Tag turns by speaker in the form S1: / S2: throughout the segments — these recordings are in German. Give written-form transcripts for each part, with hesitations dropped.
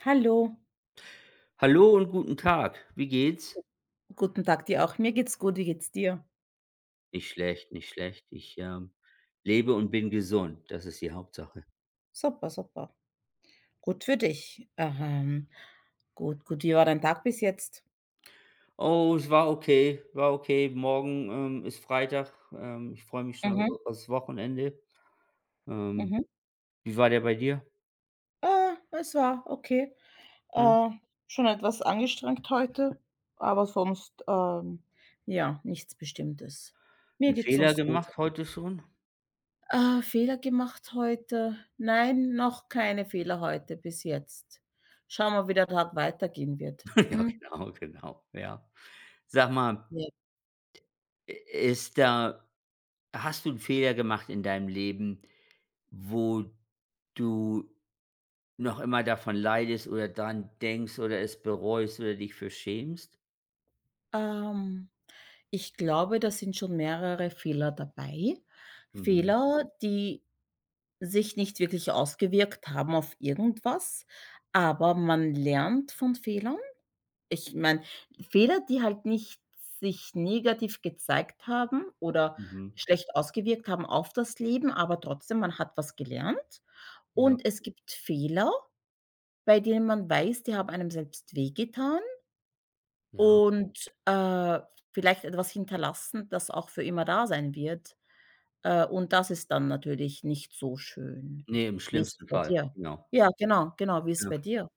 S1: Hallo,
S2: Hallo und guten Tag. Wie geht's?
S1: guten Tag dir auch. Mir geht's gut, wie geht's dir?
S2: Nicht schlecht, nicht schlecht. Ich, lebe und bin gesund. Das ist die Hauptsache.
S1: Super, super. Gut für dich. Gut, gut. Wie war dein Tag bis jetzt?
S2: Oh, es war okay, war okay. Morgen, ist Freitag. Ich freue mich schon au
S1: Mhm,
S2: aufs Wochenende. Ähm,
S1: mhm.
S2: Wie war der bei dir?
S1: Es war okay.
S2: Ne?
S1: Äh, Schon etwas angestrengt heute, aber sonst, ja, nichts Bestimmtes. Mir
S2: 'N
S1: geht's
S2: Fehler
S1: sonst gut.
S2: gemacht heute schon?
S1: Fehler gemacht heute? Nein, noch keine Fehler heute bis jetzt. Schauen wir, wie der Tag weitergehen wird.
S2: Ja,
S1: Hm?
S2: genau, genau, ja. Sag mal,
S1: Ja.
S2: i ist da hast du 'n Fehler gemacht in deinem Leben, wo du noch immer davon leidest oder dran denkst oder es bereust oder dich für schämst?
S1: Ähm. Ich glaube, da sind schon mehrere Fehler dabei.
S2: Mhm,
S1: Fehler, die sich nicht wirklich ausgewirkt haben auf irgendwas, aber man lernt von Fehlern. Ich meine, Fehler, die halt nicht sich negativ gezeigt haben oder
S2: mhm.
S1: schlecht ausgewirkt haben auf das Leben, aber trotzdem, man hat was gelernt.
S2: Ja,
S1: Und es gibt Fehler, bei denen man weiß, die haben einem selbst wehgetan
S2: ja.
S1: und vielleicht etwas hinterlassen, das auch für immer da sein wird. Und das ist dann natürlich nicht so schön.
S2: Ne, im
S1: Wie ist es
S2: schlimmsten
S1: bei
S2: Fall,
S1: dir?
S2: genau.
S1: Ja, genau, genau. Wie ist es
S2: Ja.
S1: bei dir?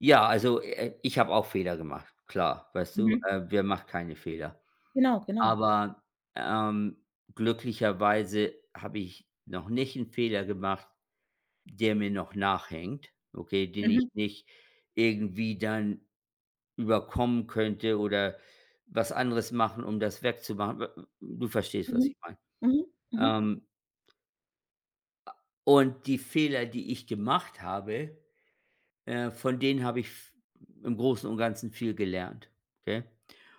S2: Ja, also, ich habe auch Fehler gemacht, klar, weißt du?
S1: Mhm.
S2: Wer macht keine Fehler?
S1: Genau, genau.
S2: Aber, ähm, glücklicherweise habe ich noch nicht 'n Fehler gemacht, der mir noch nachhängt, okay, den ich
S1: Mhm,
S2: nicht irgendwie dann überkommen könnte oder was anderes machen, um das wegzumachen. W Du verstehst, was
S1: mhm,
S2: ich meine.
S1: mhm, mhm,
S2: Ähm, und die Fehler, die ich gemacht habe, von denen habe ich v im Großen und Ganzen viel gelernt, okay?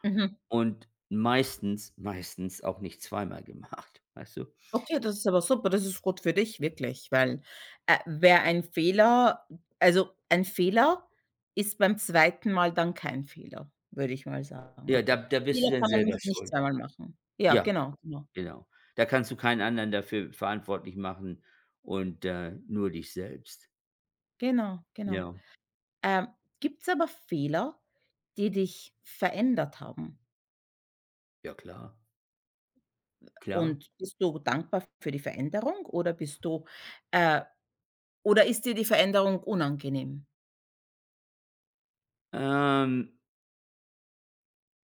S1: mhm.
S2: Und meistens auch nicht zweimal gemacht, weißt du?
S1: Okay, das ist aber super. Das ist gut für dich, wirklich, weil, wäre ein Fehler also, ein Fehler ist beim zweiten Mal dann kein Fehler, würde ich mal
S2: Ja,
S1: sagen.
S2: da bist du
S1: Fehler
S2: dann
S1: kann man
S2: selber
S1: nicht
S2: schuld.
S1: zweimal machen. Ja,
S2: Ja.
S1: genau, genau.
S2: Genau. Da kannst du keinen anderen dafür verantwortlich machen und, nur dich selbst.
S1: Genau, genau.
S2: Ja,
S1: Ähm, gibt es aber Fehler, die dich verändert haben?
S2: ja klar, klar.
S1: Und bist du dankbar für die Veränderung oder bist du äh, oder ist dir die Veränderung unangenehm?
S2: Ähm,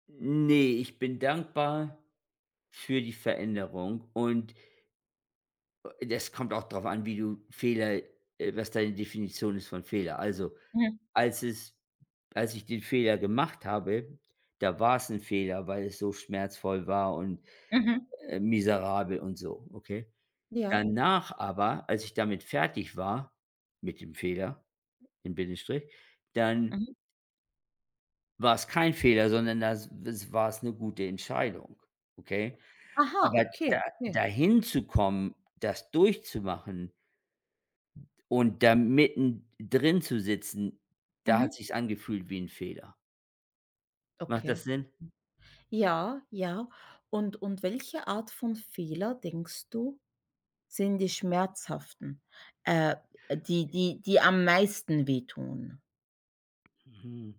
S2: ne, ich bin dankbar für die Veränderung und, das kommt auch darauf an, wie du Fehler was deine Definition ist von Fehler. Also,
S1: Mhm,
S2: als es als ich den Fehler gemacht habe, da war es ein Fehler, weil es so schmerzvoll war und,
S1: mhm,
S2: miserabel und so, okay?
S1: ja,
S2: Danach aber, als ich damit fertig war, mit dem Fehler, in Bindestrich, dann
S1: mhm.
S2: war's kein Fehler, sondern das war es eine gute Entscheidung, okay?
S1: Aha,
S2: Aber
S1: okay,
S2: da
S1: okay.
S2: dahin zu kommen, das durchzumachen und da mitten drin zu sitzen, da hat
S1: Mhm,
S2: sich angefühlt wie ein Fehler. Macht
S1: okay.
S2: das Sinn?
S1: Ja, ja. Und welche Art von Fehler, denkst du, sind die schmerzhaften, äh, die am meisten wehtun?
S2: Mhm.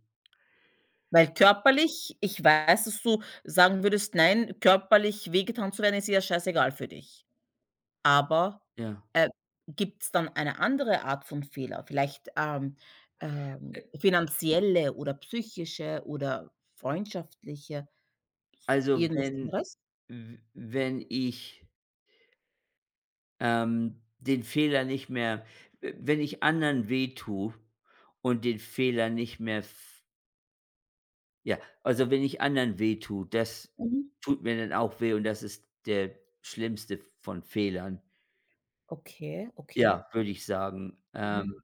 S1: Weil körperlich, ich weiß, dass du sagen würdest: „Nein, körperlich wehgetan zu werden, ist ja scheißegal für dich.“ Aber,
S2: Ja.
S1: äh, gibt es dann eine andere Art von Fehler? Vielleicht,
S2: Äh,
S1: finanzielle oder psychische oder freundschaftliche,
S2: also,
S1: irgendwas
S2: wenn
S1: anderes?
S2: w wenn ich den Fehler nicht mehr wenn ich anderen wehtue und den Fehler nicht mehr f ja, also wenn ich anderen wehtue, das
S1: Mhm.
S2: tut mir dann auch weh und das ist der schlimmste von Fehlern.
S1: Okay, okay.
S2: Ja, würde ich sagen.
S1: Mhm.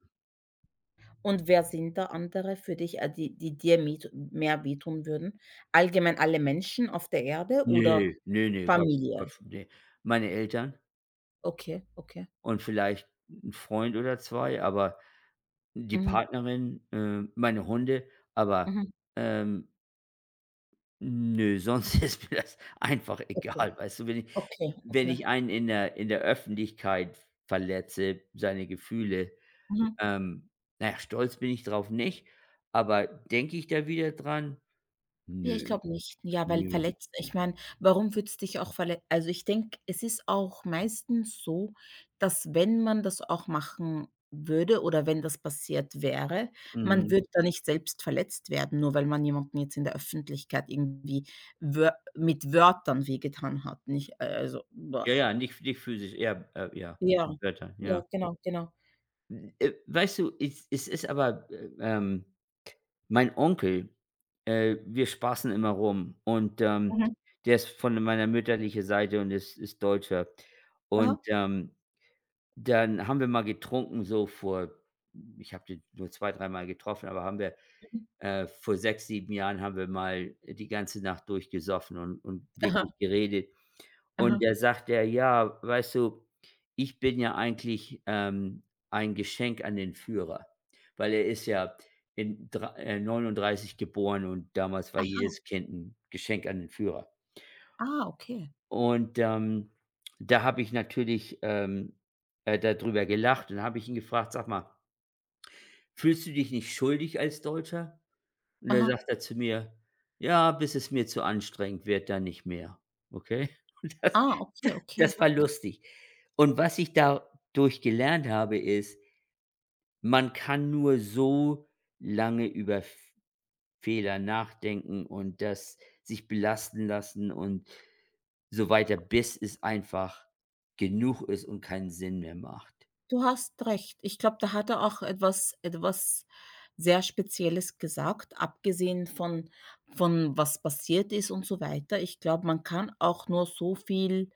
S1: Und wer sind da andere für dich, die die dir me mehr wehtun würden? Allgemein alle Menschen auf der Erde oder
S2: Ne, ne, ne, Gott,
S1: Familie?
S2: Gott, ne. Meine Eltern
S1: Okay, okay.
S2: und vielleicht ein Freund oder 2, aber die
S1: Mhm,
S2: Partnerin, meine Hunde, aber,
S1: mhm.
S2: ähm nö, sonst ist mir das einfach
S1: Okay,
S2: egal. Weißt du,
S1: okay,
S2: wenn
S1: okay.
S2: ich einen in der Öffentlichkeit verletze, seine Gefühle,
S1: Mhm.
S2: ähm, na ja, stolz bin ich drauf nicht, aber denke ich da wieder dran?
S1: Ja, ich
S2: Nö,
S1: glaube nicht. Ja, weil
S2: nö.
S1: verletzt ich meine, warum würdest es dich auch verlet also, ich denke, es ist auch meistens so, dass wenn man das auch machen würde oder wenn das passiert wäre, man
S2: Mhm.
S1: würde da nicht selbst verletzt werden, nur weil man jemanden jetzt in der Öffentlichkeit irgendwie wör mit Wörtern wehgetan hat, nicht a also,
S2: Ja,
S1: boah.
S2: ja, nicht physisch, eher, ja,
S1: Ja,
S2: mit Wörtern, ja.
S1: ja, genau, genau.
S2: Hm, weißt du, es ist aber, mein Onkel, wir spaßen immer rum und,
S1: Mhm.
S2: der ist von meiner mütterlichen Seite und ist Deutscher. Und,
S1: Aha,
S2: dann haben wir mal getrunken so vor ich habe den nur 2, dreimal getroffen, aber haben wir
S1: mhm.
S2: vor 6, 7 Jahren haben wir mal die ganze Nacht durchgesoffen und
S1: Aha,
S2: wirklich geredet. Und
S1: aha.
S2: da sagt er: „Ja, weißt du, ich bin ja eigentlich, ein Geschenk an den Führer." Weil er ist ja in drei 39 geboren und damals war
S1: Aha,
S2: jedes Kind ein Geschenk an den Führer.
S1: ah, okay.
S2: Und, da habe ich natürlich, da gelacht und habe ich ihn gefragt: „Sag mal, fühlst du dich nicht schuldig als Deutscher?" Und dann
S1: Aha.
S2: sagt er zu mir: „Ja, bis es mir zu anstrengend wird, dann nicht mehr." Okay? Und das
S1: Ah, okay, okay.
S2: das war lustig. Und was ich dadurch gelernt habe, ist, man kann nur so lange über F Fehler nachdenken und das sich belasten lassen und so weiter, bis es einfach genug ist und keinen Sinn mehr macht.
S1: Du hast recht. Ich glaube, da hat er auch etwas sehr Spezielles gesagt, abgesehen von was passiert ist und so weiter. Ich glaube, man kann auch nur so viel,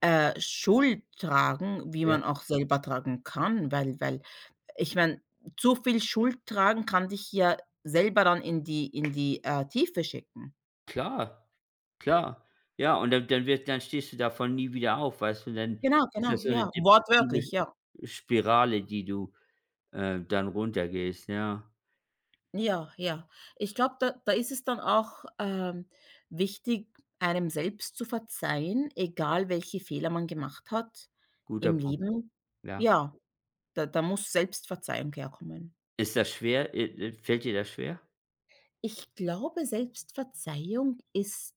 S1: Schuld tragen, wie
S2: Ja,
S1: man auch selber tragen kann, weil ich meine, zu viel Schuld tragen kann dich ja selber dann in die Tiefe schicken.
S2: klar, klar. Ja, und dann stehst du davon nie wieder auf, weißt du? Dann
S1: Genau,
S2: ist
S1: genau,
S2: das so eine
S1: ja,
S2: depressive
S1: wortwörtlich, ja.
S2: Spirale, die du, dann runtergehst, ja.
S1: Ja, ja. Ich glaube, da ist es dann auch, wichtig, einem selbst zu verzeihen, egal welche Fehler man gemacht hat
S2: Guter
S1: im
S2: Punkt,
S1: Leben.
S2: ja.
S1: Ja, da muss Selbstverzeihung herkommen.
S2: Ist das schwer? Fällt dir das schwer?
S1: Ich glaube, Selbstverzeihung ist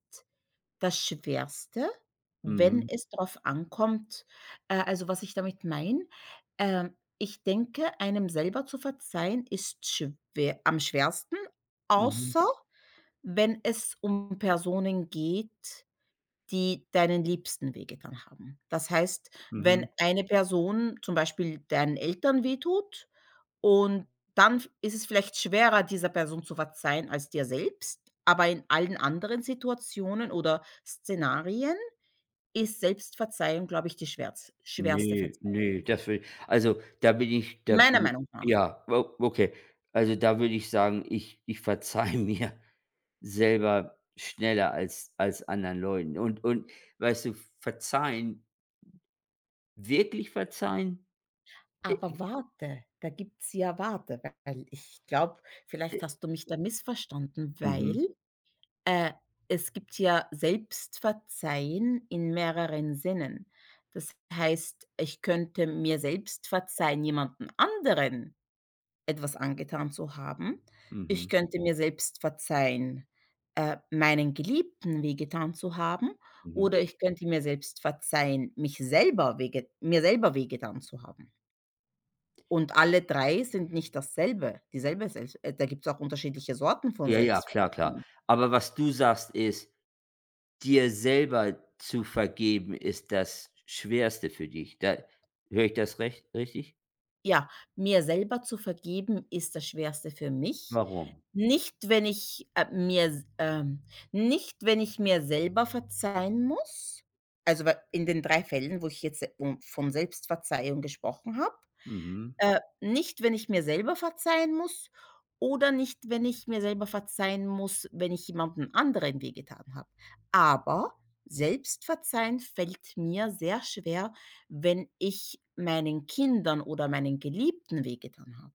S1: das Schwerste, wenn
S2: Mhm,
S1: es darauf ankommt. Also, was ich damit meine, ich denke, einem selber zu verzeihen ist schwer am schwersten,
S2: mhm,
S1: außer wenn es um Personen geht, die deinen Liebsten wehgetan haben. Das heißt,
S2: mhm.
S1: wenn eine Person zum Beispiel deinen Eltern wehtut und dann f ist es vielleicht schwerer, dieser Person zu verzeihen als dir selbst, aber in allen anderen Situationen oder Szenarien ist Selbstverzeihung, glaube ich, die schwerz schwerste
S2: Ne, ne,
S1: Verzeihung,
S2: das will also, da
S1: meiner
S2: bin ich,
S1: Meinung nach.
S2: ja, o okay. Also, da würde ich sagen, ich verzeihe mir selber schneller als anderen Leuten. Und weißt du, verzeihen, wirklich verzeihen? Äh,
S1: Aber warte, da gibt's ja, warte, weil ich glaube,
S2: äh,
S1: vielleicht hast du mich da missverstanden,
S2: mhm,
S1: weil Äh, es gibt ja Selbstverzeihen in mehreren Sinnen. Das heißt, ich könnte mir selbst verzeihen, jemanden anderen etwas angetan zu haben. Ich
S2: mhm,
S1: könnte mir selbst verzeihen, meinen Geliebten wehgetan zu haben, oder
S2: mhm.
S1: ich könnte mir selbst verzeihen, mich selber wehge mir selber wehgetan zu haben. Und alle 3 sind nicht dasselbe, dieselbe Selbst da gibt's auch unterschiedliche Sorten von
S2: Ja, ja,
S1: Selbstverzeihung.
S2: klar, klar. Aber was du sagst, ist: Dir selber zu vergeben ist das Schwerste für dich. Da höre ich das recht richtig?
S1: Ja, mir selber zu vergeben ist das Schwerste für mich.
S2: Warum?
S1: Nicht, wenn ich, äh, mir s ähm, nicht, wenn ich mir selber verzeihen muss. Also, weil in den 3 Fällen, wo ich jetzt, um von Selbstverzeihung gesprochen habe,
S2: Mhm.
S1: nicht, wenn ich mir selber verzeihen muss oder nicht, wenn ich mir selber verzeihen muss, wenn ich jemandem anderen wehgetan habe. Aber Selbstverzeihen fällt mir sehr schwer, wenn ich meinen Kindern oder meinen Geliebten wehgetan habe.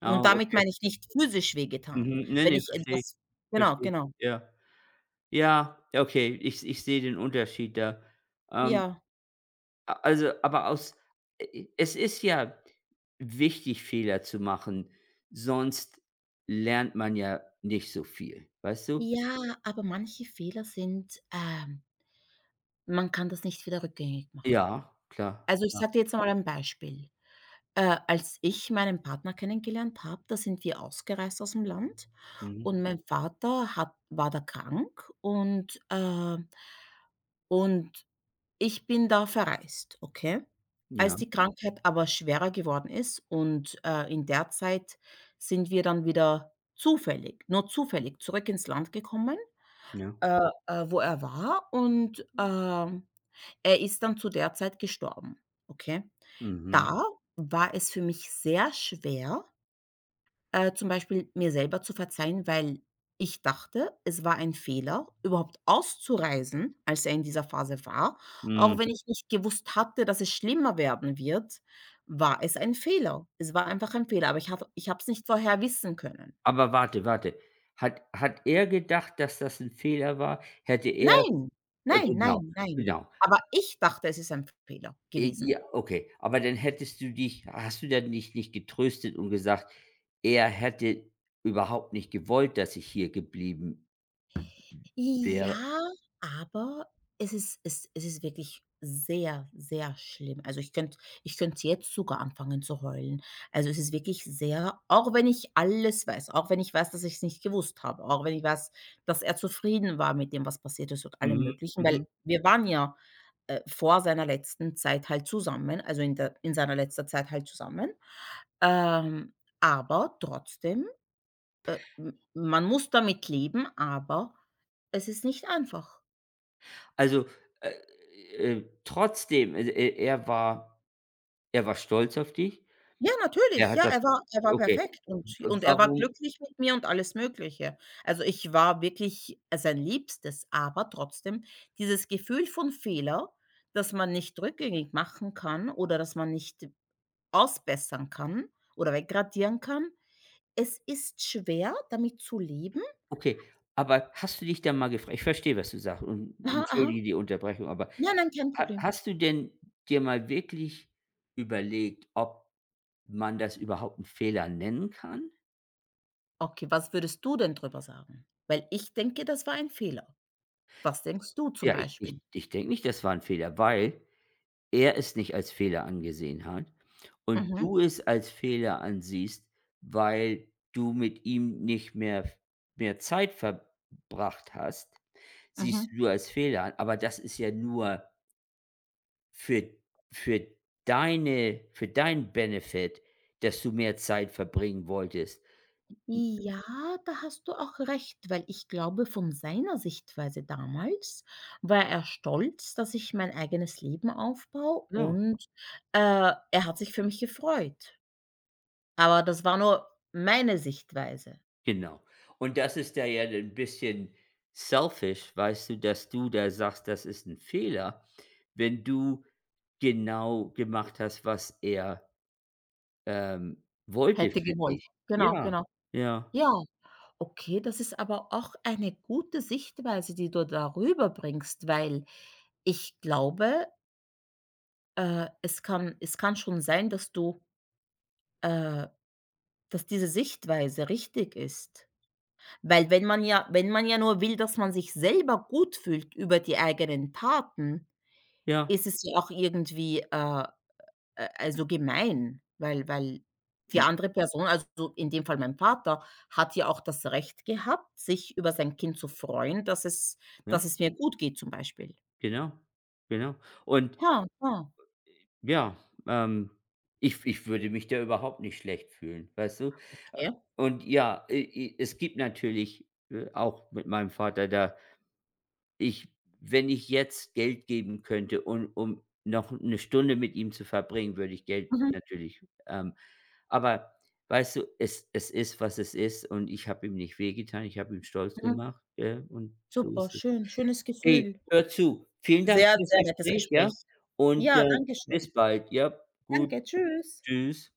S2: Ah,
S1: Und damit
S2: okay.
S1: meine ich nicht physisch wehgetan,
S2: Mhm. Ne,
S1: wenn
S2: ne,
S1: ich
S2: verstehe ich.
S1: etwas genau,
S2: Verstehe ich.
S1: genau.
S2: Ja. Ja, okay, ich sehe den Unterschied da. Ähm,
S1: Ja.
S2: a Also, aber aus e es ist ja wichtig, Fehler zu machen, sonst lernt man ja nicht so viel, weißt du?
S1: Ja, aber manche Fehler sind, man kann das nicht wieder rückgängig machen.
S2: Ja, klar,
S1: Also, ich
S2: klar.
S1: sage dir jetzt mal ein Beispiel. Als ich meinen Partner kennengelernt habe, da sind wir ausgereist aus dem Land
S2: Mhm.
S1: und mein Vater hat war da krank und, und ich bin da verreist, okay? Als
S2: Ja,
S1: die Krankheit aber schwerer geworden ist und, in der Zeit sind wir dann wieder zufällig, nur zufällig, zurück ins Land gekommen,
S2: ja.
S1: äh, wo er war und, er ist dann zu der Zeit gestorben, okay?
S2: Mhm.
S1: Da war es für mich sehr schwer, zum Beispiel mir selber zu verzeihen, weil ich dachte, es war ein Fehler, überhaupt auszureisen, als er in dieser Phase war. Auch
S2: Mhm.
S1: wenn ich nicht gewusst hatte, dass es schlimmer werden wird, war es ein Fehler. Es war einfach ein Fehler, aber ich habe es nicht vorher wissen können.
S2: Aber warte, warte. Hat er gedacht, dass das ein Fehler war? Hätte er
S1: Nein, nein,
S2: genau,
S1: nein, nein.
S2: genau.
S1: Aber ich dachte, es ist ein Fehler gewesen.
S2: Ja, okay. Aber dann hättest du dich hast du dann nicht getröstet und gesagt: „Er hätte überhaupt nicht gewollt, dass ich hier geblieben wäre?"
S1: Ja, aber es ist wirklich sehr, sehr schlimm. Also, ich könnte jetzt sogar anfangen zu heulen. Also, es ist wirklich sehr, auch wenn ich alles weiß, auch wenn ich weiß, dass ich es nicht gewusst habe, auch wenn ich weiß, dass er zufrieden war mit dem, was passiert ist und allem
S2: Mhm,
S1: Möglichen,
S2: mhm.
S1: weil wir waren ja, vor seiner letzten Zeit halt zusammen, also, in der in seiner letzter Zeit halt zusammen. Ähm, aber trotzdem, m man muss damit leben, aber es ist nicht einfach.
S2: Also, äh, trotzdem, also, e er war stolz auf dich.
S1: Ja,
S2: Er
S1: natürlich.
S2: hat
S1: Ja,
S2: das
S1: er war, er war
S2: Okay.
S1: perfekt und er war
S2: warum
S1: glücklich mit mir und alles Mögliche. Also, ich war wirklich sein Liebstes, aber trotzdem dieses Gefühl von Fehler, das man nicht rückgängig machen kann oder das man nicht ausbessern kann oder wegradieren kann. Es ist schwer, damit zu leben.
S2: Okay, aber hast du dich dann mal gefragt? Ich verstehe, was du sagst und
S1: Aha, aha.
S2: entschuldige die Unterbrechung, aber
S1: Ja, nein, kein
S2: ha
S1: Problem.
S2: hast du denn dir mal wirklich überlegt, ob man das überhaupt 'n Fehler nennen kann?
S1: Okay, was würdest du denn drüber sagen? Weil ich denke, das war ein Fehler. Was denkst du zum
S2: Ja, ich
S1: Beispiel?
S2: ich ich denke nicht, das war 'n Fehler, weil er es nicht als Fehler angesehen hat und
S1: Mhm,
S2: du es als Fehler ansiehst, weil du mit ihm nicht mehr v mehr Zeit verbracht hast, siehst
S1: mhm.
S2: du als Fehler an, aber das ist ja nur Für für für deinen Benefit, dass du mehr Zeit verbringen wolltest.
S1: Ja, da hast du auch recht, weil ich glaube, von seiner Sichtweise damals war er stolz, dass ich mein eigenes Leben aufbaue
S2: Genau,
S1: und, äh, er hat sich für mich gefreut. Aber das war nur meine Sichtweise.
S2: genau. Und das ist da ja ein bisschen selfish, weißt du, dass du da sagst, das ist ein Fehler, wenn du genau gemacht hast, was er, wollte
S1: Hätte
S2: für
S1: gewollt.
S2: dich.
S1: Genau,
S2: Ja,
S1: genau.
S2: ja,
S1: Ja, okay, das ist aber auch eine gute Sichtweise, die du darüber bringst, weil ich glaube, es kann, es kann schon sein, dass du äh, dass diese Sichtweise richtig ist. Weil wenn man ja nur will, dass man sich selber gut fühlt über die eigenen Taten,
S2: ja,
S1: ist es ja auch irgendwie, also, gemein, weil die
S2: gen
S1: andere Person, also, so in dem Fall mein Vater, hat ja auch das Recht gehabt, sich über sein Kind zu freuen, dass
S2: ja,
S1: es mir gut geht zum Beispiel.
S2: genau, genau. Und
S1: Ah ah.
S2: ja, ähm, ich würde mich da überhaupt nicht schlecht fühlen, weißt du? Äh,
S1: Okay.
S2: und ja, i i es gibt natürlich, auch mit meinem Vater da ich wenn ich jetzt Geld geben könnte und um noch eine Stunde mit ihm zu verbringen, würde ich Geld
S1: Mhm,
S2: natürlich ähm, aber weißt du, es ist, was es ist und ich habe ihm nicht wehgetan, ich habe ihm stolz
S1: mhm.
S2: gemacht, ja, und so
S1: Super,
S2: ist es.
S1: schön, schönes
S2: Hey,
S1: Gefühl.
S2: hör zu, vielen Dank
S1: Sehr,
S2: für das
S1: sehr nettes
S2: Gespräch, ja?
S1: Gespräch.
S2: Und,
S1: Ja, danke schön.
S2: bis bald, ja? Gut.
S1: Danke, tschüss.
S2: Tschüss.